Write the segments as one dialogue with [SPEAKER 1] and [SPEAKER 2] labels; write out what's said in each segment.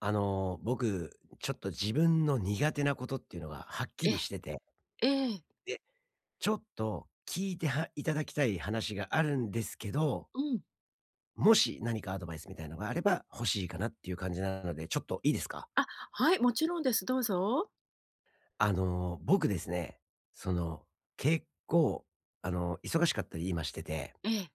[SPEAKER 1] 僕、ちょっと自分の苦手なことっていうのがはっき
[SPEAKER 2] え
[SPEAKER 1] り
[SPEAKER 2] え、
[SPEAKER 1] してて、
[SPEAKER 2] ええ、
[SPEAKER 1] で、ちょっと聞いてはいただきたい話があるんですけど、
[SPEAKER 2] うん。
[SPEAKER 1] もし何かアドバイスみたいのがあれば欲しいかなっていう感じなので、ちょっといいですか？
[SPEAKER 2] あ、はい、もちろんです。どうぞ。
[SPEAKER 1] 僕ですね、その、結構、忙しかったり今してて、
[SPEAKER 2] ええ、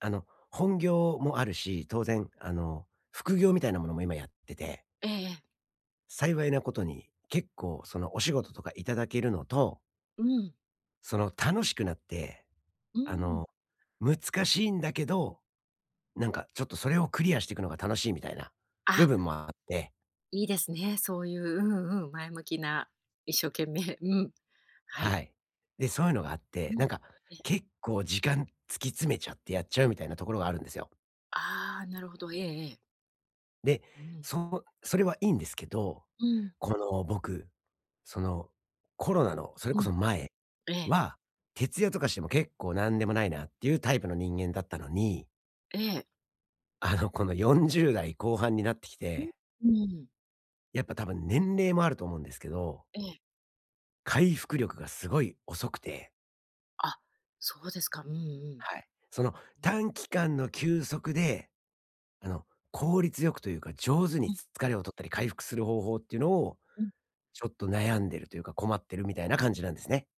[SPEAKER 1] あの、本業もあるし、当然、副業みたいなものも今やってて、
[SPEAKER 2] ええええ
[SPEAKER 1] 幸いなことに結構そのお仕事とかいただけるのと
[SPEAKER 2] うん、
[SPEAKER 1] 楽しくなって、
[SPEAKER 2] う
[SPEAKER 1] あ
[SPEAKER 2] ん。
[SPEAKER 1] の、難しいんだけど、なんかちょっとそれをクリアしていくのが楽しいみたいな部
[SPEAKER 2] あ、
[SPEAKER 1] 分もあって、
[SPEAKER 2] いいですね。そういう、うんうん、前向きな、一生懸命、うん、はい。
[SPEAKER 1] はい。で、そういうのがあっ
[SPEAKER 2] う
[SPEAKER 1] て、な
[SPEAKER 2] ん。
[SPEAKER 1] んか
[SPEAKER 2] ええ、
[SPEAKER 1] 結構時間突き詰めちゃってやっちゃうみたいなところがあるんですよ。
[SPEAKER 2] ああ、なるほど。ええええ。
[SPEAKER 1] で、
[SPEAKER 2] うん、
[SPEAKER 1] それはいいんですけど、
[SPEAKER 2] うん、
[SPEAKER 1] この僕、そのコロナのそれ
[SPEAKER 2] う
[SPEAKER 1] こそ
[SPEAKER 2] ん。
[SPEAKER 1] 前
[SPEAKER 2] ええ、
[SPEAKER 1] は、徹夜とかしても結構なんでもないなっていうタイプの人間だったのに、
[SPEAKER 2] ええ。
[SPEAKER 1] この40代後半になってき
[SPEAKER 2] うん、
[SPEAKER 1] て
[SPEAKER 2] うん。
[SPEAKER 1] やっぱ多分年齢もあると思うんですけど、
[SPEAKER 2] ええ。
[SPEAKER 1] 回復力がすごい遅くて、
[SPEAKER 2] あ、そうですか。うんうん。
[SPEAKER 1] はい。その
[SPEAKER 2] うん、
[SPEAKER 1] 短期間の休息で、あの、効率よくというか上手
[SPEAKER 2] う
[SPEAKER 1] に
[SPEAKER 2] ん、
[SPEAKER 1] 疲れを取ったり回復する方法っていうのを、
[SPEAKER 2] うん。
[SPEAKER 1] ちょっと悩んでるというか困ってるみたいな感じなんですね。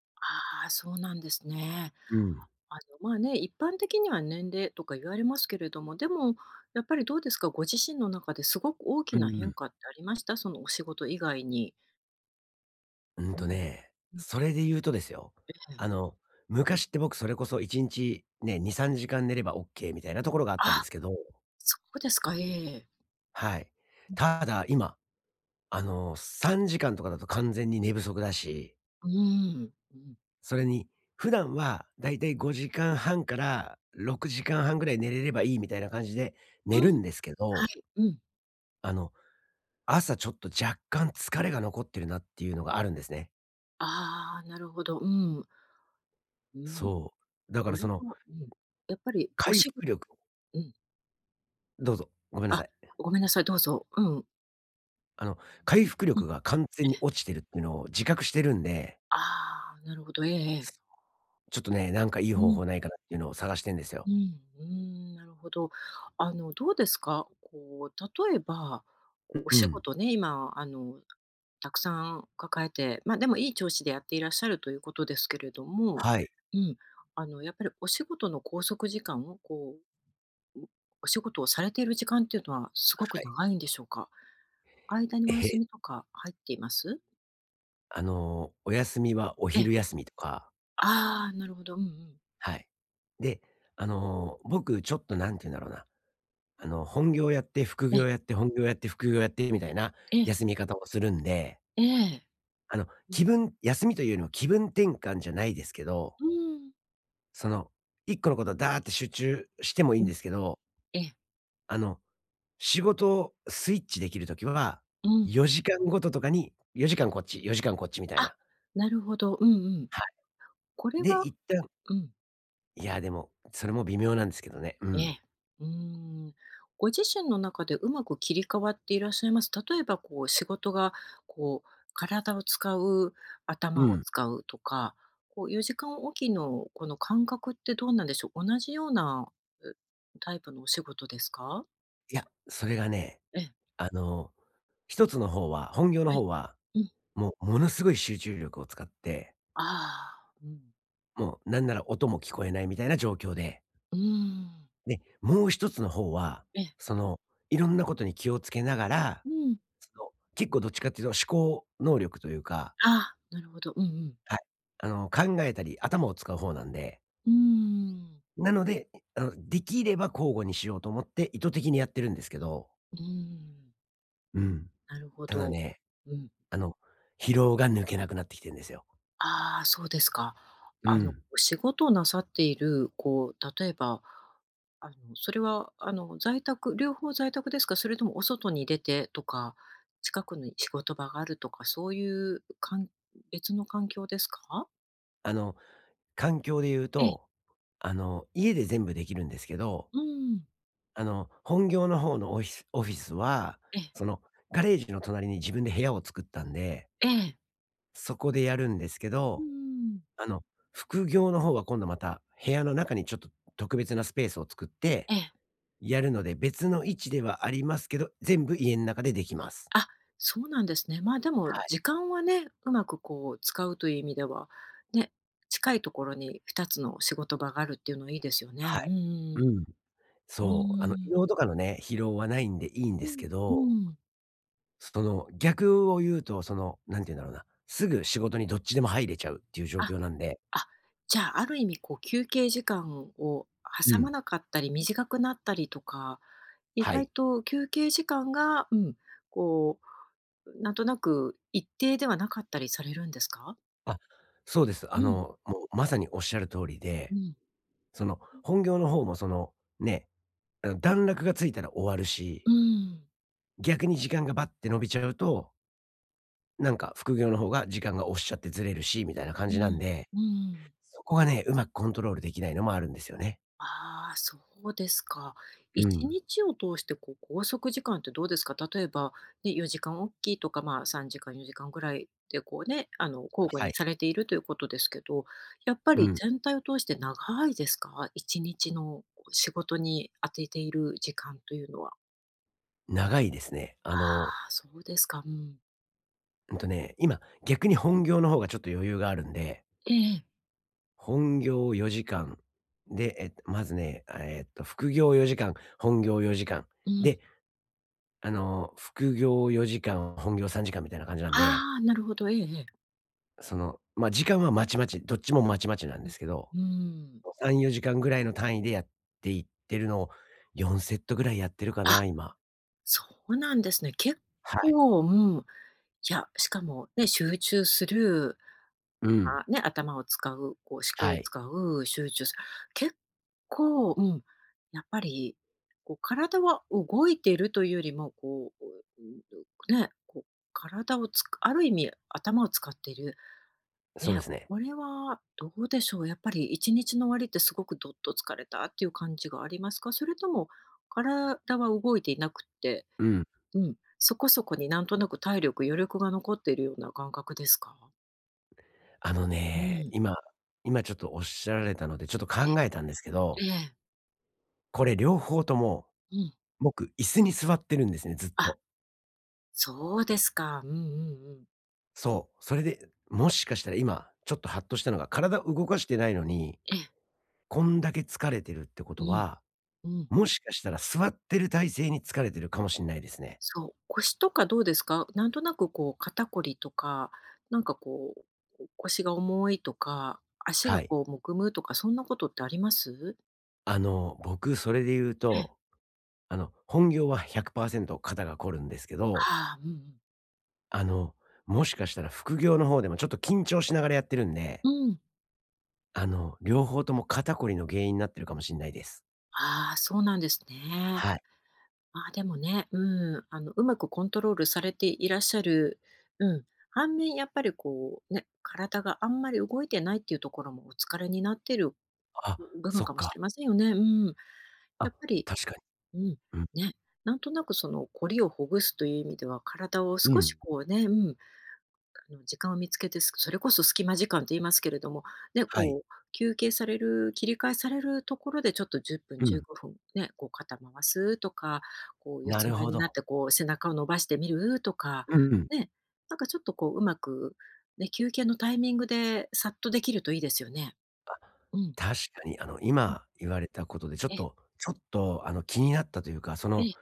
[SPEAKER 2] ああ、そうなんですね。
[SPEAKER 1] うん。
[SPEAKER 2] あの、まあね、一般的には年齢とか言われますけれども、でもやっぱりどうですか、ご自身の中ですごく大き
[SPEAKER 1] う
[SPEAKER 2] な
[SPEAKER 1] んう
[SPEAKER 2] 変
[SPEAKER 1] ん。
[SPEAKER 2] 化ってありました？そのお仕事以外に。
[SPEAKER 1] うん
[SPEAKER 2] う
[SPEAKER 1] と
[SPEAKER 2] ん。
[SPEAKER 1] ね、
[SPEAKER 2] うん、
[SPEAKER 1] それで言うとですよ、
[SPEAKER 2] ええ。
[SPEAKER 1] あの、昔って僕それこそ1日ね、2、3時間寝ればオッケーみたいなところがあったんで
[SPEAKER 2] あ、
[SPEAKER 1] すけど、
[SPEAKER 2] そうですか、ええ
[SPEAKER 1] はい。
[SPEAKER 2] うん。
[SPEAKER 1] ただ今3時間とかだと完全に寝不足だし、
[SPEAKER 2] うーん。うん。
[SPEAKER 1] それに、普段はだいたい5時間半から6時間半ぐらい寝れればいいみたいな感じで寝るんですけ
[SPEAKER 2] は
[SPEAKER 1] ど、
[SPEAKER 2] い、うん。
[SPEAKER 1] あの、朝ちょっと若干疲れが残ってるなっていうのがあるんですね。
[SPEAKER 2] ああ、なるほど。うん。うん。
[SPEAKER 1] そう。だか
[SPEAKER 2] こ
[SPEAKER 1] ら
[SPEAKER 2] れ
[SPEAKER 1] その
[SPEAKER 2] はうん。やっぱりお
[SPEAKER 1] 回復
[SPEAKER 2] 仕事
[SPEAKER 1] 力
[SPEAKER 2] うん。
[SPEAKER 1] どうぞ、ごめんなさ
[SPEAKER 2] あ、
[SPEAKER 1] い。
[SPEAKER 2] ごめんなさい、どうぞ。うん。
[SPEAKER 1] あの、回復
[SPEAKER 2] う
[SPEAKER 1] 力
[SPEAKER 2] ん、
[SPEAKER 1] が完全に落ちてるっていうのを自覚してるんで、
[SPEAKER 2] ああー、なるほど、ええええ。
[SPEAKER 1] ちょっとね、なんかいい
[SPEAKER 2] う
[SPEAKER 1] 方
[SPEAKER 2] ん。
[SPEAKER 1] 法ないかなっていうのを探してんですよ。
[SPEAKER 2] うん、うん、なるほど。あの、どうですか？こう、例えば、こう、お
[SPEAKER 1] う
[SPEAKER 2] 仕
[SPEAKER 1] ん。
[SPEAKER 2] 事ね、今、あの、たくさん抱えて、ま、でもいい調子でやっていらっしゃるということですけれども、
[SPEAKER 1] はい。
[SPEAKER 2] うん、あの、やっぱりお仕事の拘束時間を、こう、お仕事をされている時間っていうのはすご
[SPEAKER 1] は
[SPEAKER 2] く
[SPEAKER 1] い。
[SPEAKER 2] 長いんでしょうか？間に
[SPEAKER 1] え
[SPEAKER 2] お休
[SPEAKER 1] え。
[SPEAKER 2] みとか入っています？
[SPEAKER 1] お休みはお
[SPEAKER 2] ええ。
[SPEAKER 1] 昼休みとか、
[SPEAKER 2] ああ、なるほど。うんうん。
[SPEAKER 1] はい。で、僕ちょっとなんて言うんだろうな、本業やって副
[SPEAKER 2] ええ、
[SPEAKER 1] 業やって、本業やって副業やってみたいな
[SPEAKER 2] ええ、
[SPEAKER 1] 休み方をするんで、
[SPEAKER 2] ええ。うん。
[SPEAKER 1] 気分休みというよりも気分転換じゃないですけど、
[SPEAKER 2] うん。
[SPEAKER 1] その、一個のことダーって集中してもいい
[SPEAKER 2] う
[SPEAKER 1] ん
[SPEAKER 2] ん、
[SPEAKER 1] ですけど、
[SPEAKER 2] ええ、
[SPEAKER 1] あの、仕事をスイッチできるときは、
[SPEAKER 2] うん。
[SPEAKER 1] 4時間ごととかに、4時間こっち、4時間こっちみたい
[SPEAKER 2] あ、
[SPEAKER 1] な。
[SPEAKER 2] なるほど。うんうん。
[SPEAKER 1] は
[SPEAKER 2] これ
[SPEAKER 1] い。で、
[SPEAKER 2] はうん、
[SPEAKER 1] いや、でも、それも微妙なんですけどね。う
[SPEAKER 2] え
[SPEAKER 1] ん。
[SPEAKER 2] え。うーん。ご自身の中でうまく切り替わっていらっしゃいます？例えばこう仕事がこう体を使う、
[SPEAKER 1] う
[SPEAKER 2] 頭を
[SPEAKER 1] ん。
[SPEAKER 2] 使うとか、こう4時間おきのこの感覚ってどうなんでしょう？同じような、うタイプのお仕事ですか？
[SPEAKER 1] いや、それがね、
[SPEAKER 2] ええ、
[SPEAKER 1] あの、一つの方は、本業の
[SPEAKER 2] え
[SPEAKER 1] 方は、
[SPEAKER 2] え、うん。
[SPEAKER 1] もうものすごい集中力を使って、
[SPEAKER 2] ああ、うん。
[SPEAKER 1] もうなんなら音も聞こえないみたいな状況で、
[SPEAKER 2] うーん。
[SPEAKER 1] で、もう一つの方は、
[SPEAKER 2] ええ。
[SPEAKER 1] その、いろんなことに気をつけながら、
[SPEAKER 2] うん。
[SPEAKER 1] 結構どっちかっていうと思考能力というか、
[SPEAKER 2] ああ、なるほど。うんうん。
[SPEAKER 1] はい、考えたり頭を使う方なんで、
[SPEAKER 2] うーん。
[SPEAKER 1] なので、できれば交互にしようと思って意図的にやってるんですけど、
[SPEAKER 2] うーん。
[SPEAKER 1] うん。
[SPEAKER 2] なるほ
[SPEAKER 1] ただ
[SPEAKER 2] ど。
[SPEAKER 1] ね、
[SPEAKER 2] うん。
[SPEAKER 1] あの、疲労が抜けなくなってきてるんですよ。
[SPEAKER 2] ああ、そうですか。
[SPEAKER 1] う
[SPEAKER 2] あの、
[SPEAKER 1] ん。
[SPEAKER 2] お仕事をなさっている、こう、例えば、あの、それは、あの、在宅両方在宅ですか？それともお外に出てとか、近くに仕事場があるとか、そういうかん別の環境ですか？
[SPEAKER 1] あの、環境で言う
[SPEAKER 2] ええ。
[SPEAKER 1] と、家で全部できるんですけど、
[SPEAKER 2] うん。
[SPEAKER 1] 本業の方のオフィスは、
[SPEAKER 2] ええ。
[SPEAKER 1] その、ガレージの隣に自分で部屋を作ったんで、
[SPEAKER 2] ええ。
[SPEAKER 1] そこでやるんですけ
[SPEAKER 2] う
[SPEAKER 1] ど、
[SPEAKER 2] ん。
[SPEAKER 1] あの、副業の方は今度また部屋の中にちょっと特別なスペースを作って
[SPEAKER 2] ええ。
[SPEAKER 1] やるので、別の位置ではありますけど、全部家の中でできます。
[SPEAKER 2] あ、そうなんですね。まあ、でも
[SPEAKER 1] はい、
[SPEAKER 2] 時間はね、うまくこう使うという意味では、ね、近いところに2つの仕事場があるっていうのはいいですよね。
[SPEAKER 1] は
[SPEAKER 2] うん
[SPEAKER 1] い。
[SPEAKER 2] うん。
[SPEAKER 1] うん。
[SPEAKER 2] う
[SPEAKER 1] そう、移
[SPEAKER 2] ん。
[SPEAKER 1] 動とかのね、疲労はないんでいいんですけ
[SPEAKER 2] う
[SPEAKER 1] ど
[SPEAKER 2] ん、
[SPEAKER 1] 逆を言うと、なんて言うんだろうな、すぐ仕事にどっちでも入れちゃうっていう状
[SPEAKER 2] あ、
[SPEAKER 1] 況なんで。
[SPEAKER 2] あ、じゃあ、ある意味こう休憩時間を
[SPEAKER 1] う
[SPEAKER 2] 挟
[SPEAKER 1] ん。
[SPEAKER 2] まなかったり、短くなったりとか、意
[SPEAKER 1] は
[SPEAKER 2] 外
[SPEAKER 1] い。
[SPEAKER 2] と休憩時間が、うん、こう、なんとなく一定ではなかったりされるんですか？
[SPEAKER 1] あ、そうです。
[SPEAKER 2] うん、
[SPEAKER 1] もうまさにおっしゃる通り
[SPEAKER 2] う
[SPEAKER 1] で、
[SPEAKER 2] ん、
[SPEAKER 1] その、本業の方もね、段落がついたら終わるし、
[SPEAKER 2] うん、
[SPEAKER 1] 逆に時間がバッて伸びちゃうと、なんか副業の方が時間が押しちゃってずれるし、みたいな感
[SPEAKER 2] う
[SPEAKER 1] じなん
[SPEAKER 2] ん、
[SPEAKER 1] で、
[SPEAKER 2] うん。
[SPEAKER 1] そこがね、うまくコントロールできないのもあるんですよね。
[SPEAKER 2] ああ、そうですか。
[SPEAKER 1] う
[SPEAKER 2] 1
[SPEAKER 1] ん。
[SPEAKER 2] 日を通して、こう、拘束時間ってどうですか？例えば、ね、4時間おきいとか、まあ、3時間、4時間ぐらいで、こうね、あの、交互
[SPEAKER 1] は
[SPEAKER 2] に
[SPEAKER 1] い。
[SPEAKER 2] されているということですけど、やっぱ
[SPEAKER 1] う
[SPEAKER 2] り
[SPEAKER 1] ん。
[SPEAKER 2] 全体を通して長いですか？1日のこう仕事に当てている時間というのは。
[SPEAKER 1] 長いですね。
[SPEAKER 2] ああ、そうですか。うん。
[SPEAKER 1] うんとね、今、逆に本業の方がちょっと余裕があるんで、
[SPEAKER 2] ええ
[SPEAKER 1] 本業を4時間、で、まずね、あ、副業4時間、本業4時間。
[SPEAKER 2] うん。
[SPEAKER 1] で、副業4時間、本業3時間みたいな感じなんで、
[SPEAKER 2] ああ、なるほど。ええええ。
[SPEAKER 1] まあ、時間はまちまち、どっちもまちまちなんですけど、
[SPEAKER 2] うん。うん。
[SPEAKER 1] 3、4時間ぐらいの単位でやっていってるのを、4セットぐらいやってるか
[SPEAKER 2] あ、
[SPEAKER 1] な、今。
[SPEAKER 2] そうなんですね。結
[SPEAKER 1] はい。
[SPEAKER 2] 構、うん、いや、しかもね、集中する、
[SPEAKER 1] うん。
[SPEAKER 2] あ、ね、頭を使う、こう思考
[SPEAKER 1] は
[SPEAKER 2] を
[SPEAKER 1] い。
[SPEAKER 2] 使う、集中する結構、うん、やっぱり、こう体は動いているというよりも、こう、うん、ね、こう体をつくある意味頭を使っている。
[SPEAKER 1] そう
[SPEAKER 2] ね、
[SPEAKER 1] ですね。
[SPEAKER 2] これはどうでしょう、やっぱり1日の終わりってすごくどっと疲れたっていう感じがありますか？それとも、体は動いていなくって
[SPEAKER 1] うん、
[SPEAKER 2] うん、そこそこになんとなく体力、余力が残っているような感覚ですか？
[SPEAKER 1] あの
[SPEAKER 2] う
[SPEAKER 1] ね、
[SPEAKER 2] ん。
[SPEAKER 1] 今ちょっとおっしゃられたので、ちょっと
[SPEAKER 2] え、
[SPEAKER 1] 考えたんですけ
[SPEAKER 2] え
[SPEAKER 1] ど、
[SPEAKER 2] え、
[SPEAKER 1] これ両方とも、
[SPEAKER 2] うん。
[SPEAKER 1] 僕椅子に座ってるんですね、ずっ
[SPEAKER 2] あ、
[SPEAKER 1] と。
[SPEAKER 2] そうですか。うんうんうん。
[SPEAKER 1] そう、それで、もしかしたら今、ちょっとハッとしたのが、体動かしてないのに、
[SPEAKER 2] ええ、
[SPEAKER 1] こんだけ疲れてるってこ
[SPEAKER 2] う
[SPEAKER 1] と
[SPEAKER 2] ん、
[SPEAKER 1] は、
[SPEAKER 2] うん。
[SPEAKER 1] もしかしたら座ってる体勢に疲れてるかもしれないですね。
[SPEAKER 2] そう、腰とかどうですか？なんとなくこう肩こりとか、なんかこう、腰が重いとか、足
[SPEAKER 1] は
[SPEAKER 2] が
[SPEAKER 1] い。
[SPEAKER 2] こうむくむとか、そんなことってあります？
[SPEAKER 1] 僕それで言う
[SPEAKER 2] ええ、
[SPEAKER 1] と、本業は100%肩が凝るんですけど、
[SPEAKER 2] ああ、うんうん。
[SPEAKER 1] あの、もしかしたら副業の方でもちょっと緊張しながらやってるんで
[SPEAKER 2] うん。
[SPEAKER 1] 両方とも肩こりの原因になってるかもしんないです。
[SPEAKER 2] ああ、そうなんですね。
[SPEAKER 1] はい。
[SPEAKER 2] ああ、でもね、うん、あの、うまくコントロールされていらっしゃる。うん。反面、やっぱりこう、ね、体があんまり動いてないっていうところもお疲れになっている
[SPEAKER 1] あ、
[SPEAKER 2] 部
[SPEAKER 1] そ
[SPEAKER 2] 分
[SPEAKER 1] っ
[SPEAKER 2] かもし
[SPEAKER 1] か。
[SPEAKER 2] れませんよね。うん。や
[SPEAKER 1] あ、
[SPEAKER 2] っぱり、
[SPEAKER 1] 確か
[SPEAKER 2] うん、
[SPEAKER 1] に。うん。
[SPEAKER 2] ね、なんとなくその、凝りをほぐすという意味では、体を
[SPEAKER 1] う
[SPEAKER 2] 少し
[SPEAKER 1] ん。
[SPEAKER 2] こうね、うん、あの、時間を見つけて、すそれこそ隙間時間と言いますけれども、ね、
[SPEAKER 1] はい。
[SPEAKER 2] こう休憩される、切り替えされるところでちょっと10分、
[SPEAKER 1] う
[SPEAKER 2] 15
[SPEAKER 1] ん。
[SPEAKER 2] 分ね、こう肩回すとか、こう四
[SPEAKER 1] な
[SPEAKER 2] つん
[SPEAKER 1] る
[SPEAKER 2] 這い
[SPEAKER 1] ほ
[SPEAKER 2] になっ
[SPEAKER 1] ど。
[SPEAKER 2] てこう背中を伸ばしてみると
[SPEAKER 1] うん。うん。はい。うん。なるほど。
[SPEAKER 2] か、
[SPEAKER 1] うん。
[SPEAKER 2] ね、なんかちょっとこううまく、ね、休憩のタイミングでさっとできるといいですよね。
[SPEAKER 1] あ、
[SPEAKER 2] うん。
[SPEAKER 1] 確かに
[SPEAKER 2] うん。
[SPEAKER 1] 今言われたことでちょっ
[SPEAKER 2] ええ、
[SPEAKER 1] とちょっと気になったというか、
[SPEAKER 2] ええ、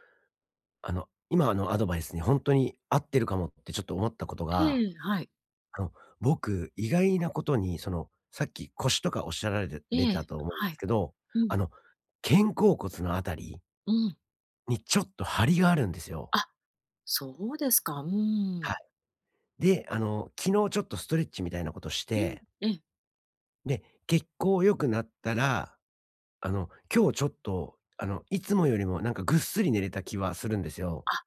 [SPEAKER 1] 今のアドバイスに本当に合ってるかもってちょっと思ったことが、
[SPEAKER 2] はい。
[SPEAKER 1] あの、僕、意外なことにさっき腰とかおっしゃられて
[SPEAKER 2] え
[SPEAKER 1] れた
[SPEAKER 2] え、
[SPEAKER 1] と思うんで
[SPEAKER 2] は
[SPEAKER 1] す
[SPEAKER 2] い。
[SPEAKER 1] けど、
[SPEAKER 2] うん、
[SPEAKER 1] あの、肩甲骨のあたり
[SPEAKER 2] うん。
[SPEAKER 1] にちょっと張りがあるんですよ。
[SPEAKER 2] あ、そうですか。うー
[SPEAKER 1] はい。
[SPEAKER 2] ん。
[SPEAKER 1] で、昨日ちょっとストレッチみたいなことし
[SPEAKER 2] うん、
[SPEAKER 1] て、
[SPEAKER 2] ええ。
[SPEAKER 1] で、血行良くなったら、今日ちょっと、いつもよりもなんかぐっすり寝れた気はするんですよ。
[SPEAKER 2] あ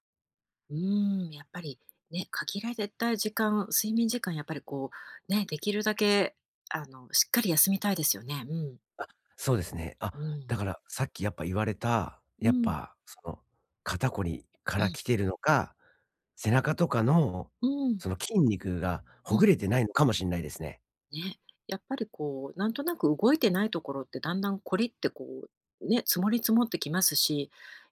[SPEAKER 2] うーん、やっぱりね、限られた時間、睡眠時間やっぱりこう、ね、できるだけ、あの、しっかり休みたいですよね。うん。
[SPEAKER 1] そうですね。あ、
[SPEAKER 2] う
[SPEAKER 1] だ
[SPEAKER 2] ん。
[SPEAKER 1] からさっきやっぱ言われた、
[SPEAKER 2] う
[SPEAKER 1] やっ
[SPEAKER 2] ん。
[SPEAKER 1] ぱその肩こりか
[SPEAKER 2] う
[SPEAKER 1] ら
[SPEAKER 2] ん。
[SPEAKER 1] 来てるのか、背中とかの
[SPEAKER 2] うん。
[SPEAKER 1] その筋肉が
[SPEAKER 2] う
[SPEAKER 1] ほぐ
[SPEAKER 2] ん。
[SPEAKER 1] れてないのかもしれないですね。
[SPEAKER 2] ね、やっぱりこう、なんとなく動いてないところってだんだんこりってこう、ね、積もり積もってきますし、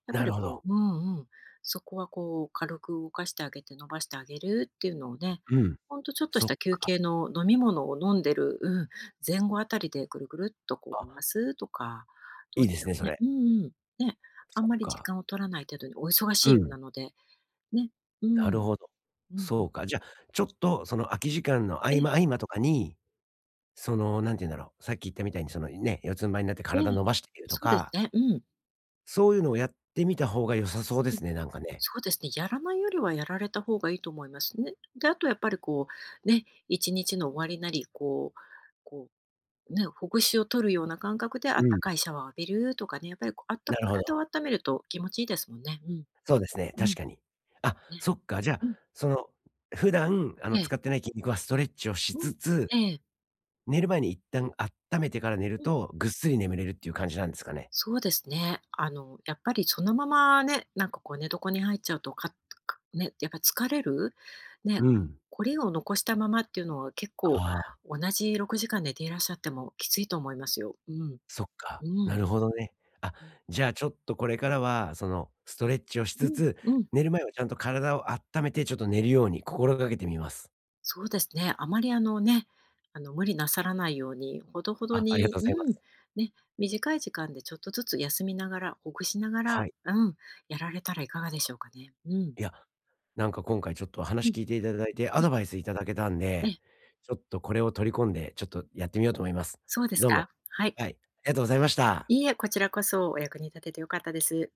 [SPEAKER 2] やっぱ
[SPEAKER 1] な
[SPEAKER 2] り
[SPEAKER 1] るほ
[SPEAKER 2] こ
[SPEAKER 1] ど。
[SPEAKER 2] ううんうん、そこはこう軽く動かしてあげて伸ばしてあげるっていうのをね、
[SPEAKER 1] うん。
[SPEAKER 2] ほんとちょっと
[SPEAKER 1] そ
[SPEAKER 2] し
[SPEAKER 1] っ
[SPEAKER 2] た休
[SPEAKER 1] か。
[SPEAKER 2] 憩の飲み物を飲んでる、うん、前後あたりでぐるぐるっとこう
[SPEAKER 1] あ、
[SPEAKER 2] 回すとか、ど
[SPEAKER 1] い
[SPEAKER 2] う
[SPEAKER 1] い
[SPEAKER 2] で
[SPEAKER 1] で
[SPEAKER 2] し
[SPEAKER 1] す
[SPEAKER 2] ょ
[SPEAKER 1] ね、
[SPEAKER 2] う
[SPEAKER 1] そ
[SPEAKER 2] ね。
[SPEAKER 1] れ。
[SPEAKER 2] うんうん。ね、あ
[SPEAKER 1] そ
[SPEAKER 2] ん
[SPEAKER 1] っ
[SPEAKER 2] まり時
[SPEAKER 1] か。
[SPEAKER 2] 間を取らない程度にお忙
[SPEAKER 1] う
[SPEAKER 2] しいよう
[SPEAKER 1] ん。
[SPEAKER 2] なので、ね、うん、
[SPEAKER 1] なるほど。
[SPEAKER 2] うんう
[SPEAKER 1] そ
[SPEAKER 2] ん。
[SPEAKER 1] うか。じゃ、あちょっとその空き時間の
[SPEAKER 2] え
[SPEAKER 1] 合
[SPEAKER 2] え
[SPEAKER 1] 間合間とかに、なんて言うんだろう、さっき言ったみたいに四つん這いになって
[SPEAKER 2] え
[SPEAKER 1] 体
[SPEAKER 2] え。
[SPEAKER 1] 伸ばしてみると
[SPEAKER 2] そうです
[SPEAKER 1] か、
[SPEAKER 2] ね、うん。
[SPEAKER 1] そういうのをやってみた方が良さそうですね、なんかね。
[SPEAKER 2] そうですね、やらないよりはやられた方がいいと思いますね。で、あとやっぱりこう、ね、一日の終わりなり、こうこう、ね、ほぐしを取るような感覚であっ
[SPEAKER 1] う
[SPEAKER 2] た
[SPEAKER 1] ん、
[SPEAKER 2] かいシャワーを浴びるとかね、やっぱりこうあった
[SPEAKER 1] なるほ
[SPEAKER 2] 体
[SPEAKER 1] ど。
[SPEAKER 2] を温めると気持ちいいですもんね。うん、
[SPEAKER 1] そうですね、
[SPEAKER 2] う
[SPEAKER 1] 確
[SPEAKER 2] ん、
[SPEAKER 1] かに。あ、
[SPEAKER 2] ね、
[SPEAKER 1] そっか、じゃあ、
[SPEAKER 2] うん、
[SPEAKER 1] その、普段、
[SPEAKER 2] え
[SPEAKER 1] 使
[SPEAKER 2] え、
[SPEAKER 1] ってない筋肉はストレッチをし
[SPEAKER 2] う
[SPEAKER 1] つ
[SPEAKER 2] ん、
[SPEAKER 1] つ、
[SPEAKER 2] ええ、
[SPEAKER 1] 寝る前に一旦温めてから寝る
[SPEAKER 2] うん。
[SPEAKER 1] と、ぐっすり眠れるっていう感じなんですかね？
[SPEAKER 2] そうですね。あの、やっぱりそのままね、なんかこう寝床に入っちゃうと、かかね、やっぱ疲れる、ね、
[SPEAKER 1] うん。
[SPEAKER 2] 凝りを残したままっていうのは結構
[SPEAKER 1] ああ。
[SPEAKER 2] 同じ6時間寝ていらっしゃってもきついと思いますよ。うん。
[SPEAKER 1] そっか、
[SPEAKER 2] う
[SPEAKER 1] な
[SPEAKER 2] ん。
[SPEAKER 1] るほどね。あ、じゃあちょっとこれからは、そのストレッチをし
[SPEAKER 2] う
[SPEAKER 1] つ
[SPEAKER 2] ん。
[SPEAKER 1] つ、
[SPEAKER 2] うん。
[SPEAKER 1] 寝る前はちゃんと体を温めて、ちょっと寝るように心がけてみます。
[SPEAKER 2] そうですね。あまりあのね、あの無理なさらないように、ほどほど
[SPEAKER 1] あ、ありがと
[SPEAKER 2] に、
[SPEAKER 1] うご
[SPEAKER 2] う
[SPEAKER 1] ざいま
[SPEAKER 2] ん、
[SPEAKER 1] す。
[SPEAKER 2] ね、短い時間でちょっとずつ休みながら、ほぐしなが
[SPEAKER 1] は
[SPEAKER 2] ら、
[SPEAKER 1] い。
[SPEAKER 2] うん、やられたらいかがでしょうかね。うん。
[SPEAKER 1] いや、なんか今回ちょっと
[SPEAKER 2] う
[SPEAKER 1] 話
[SPEAKER 2] ん。
[SPEAKER 1] 聞いていただいて、アドバイスいただけたん
[SPEAKER 2] え
[SPEAKER 1] で、
[SPEAKER 2] え、
[SPEAKER 1] ちょっとこれを取り込んで、ちょっとやってみようと思います。
[SPEAKER 2] そうです
[SPEAKER 1] どうも。
[SPEAKER 2] か？はい。
[SPEAKER 1] はい、ありがとうございました。
[SPEAKER 2] いいえ、こちらこそお役に立てて良かったです。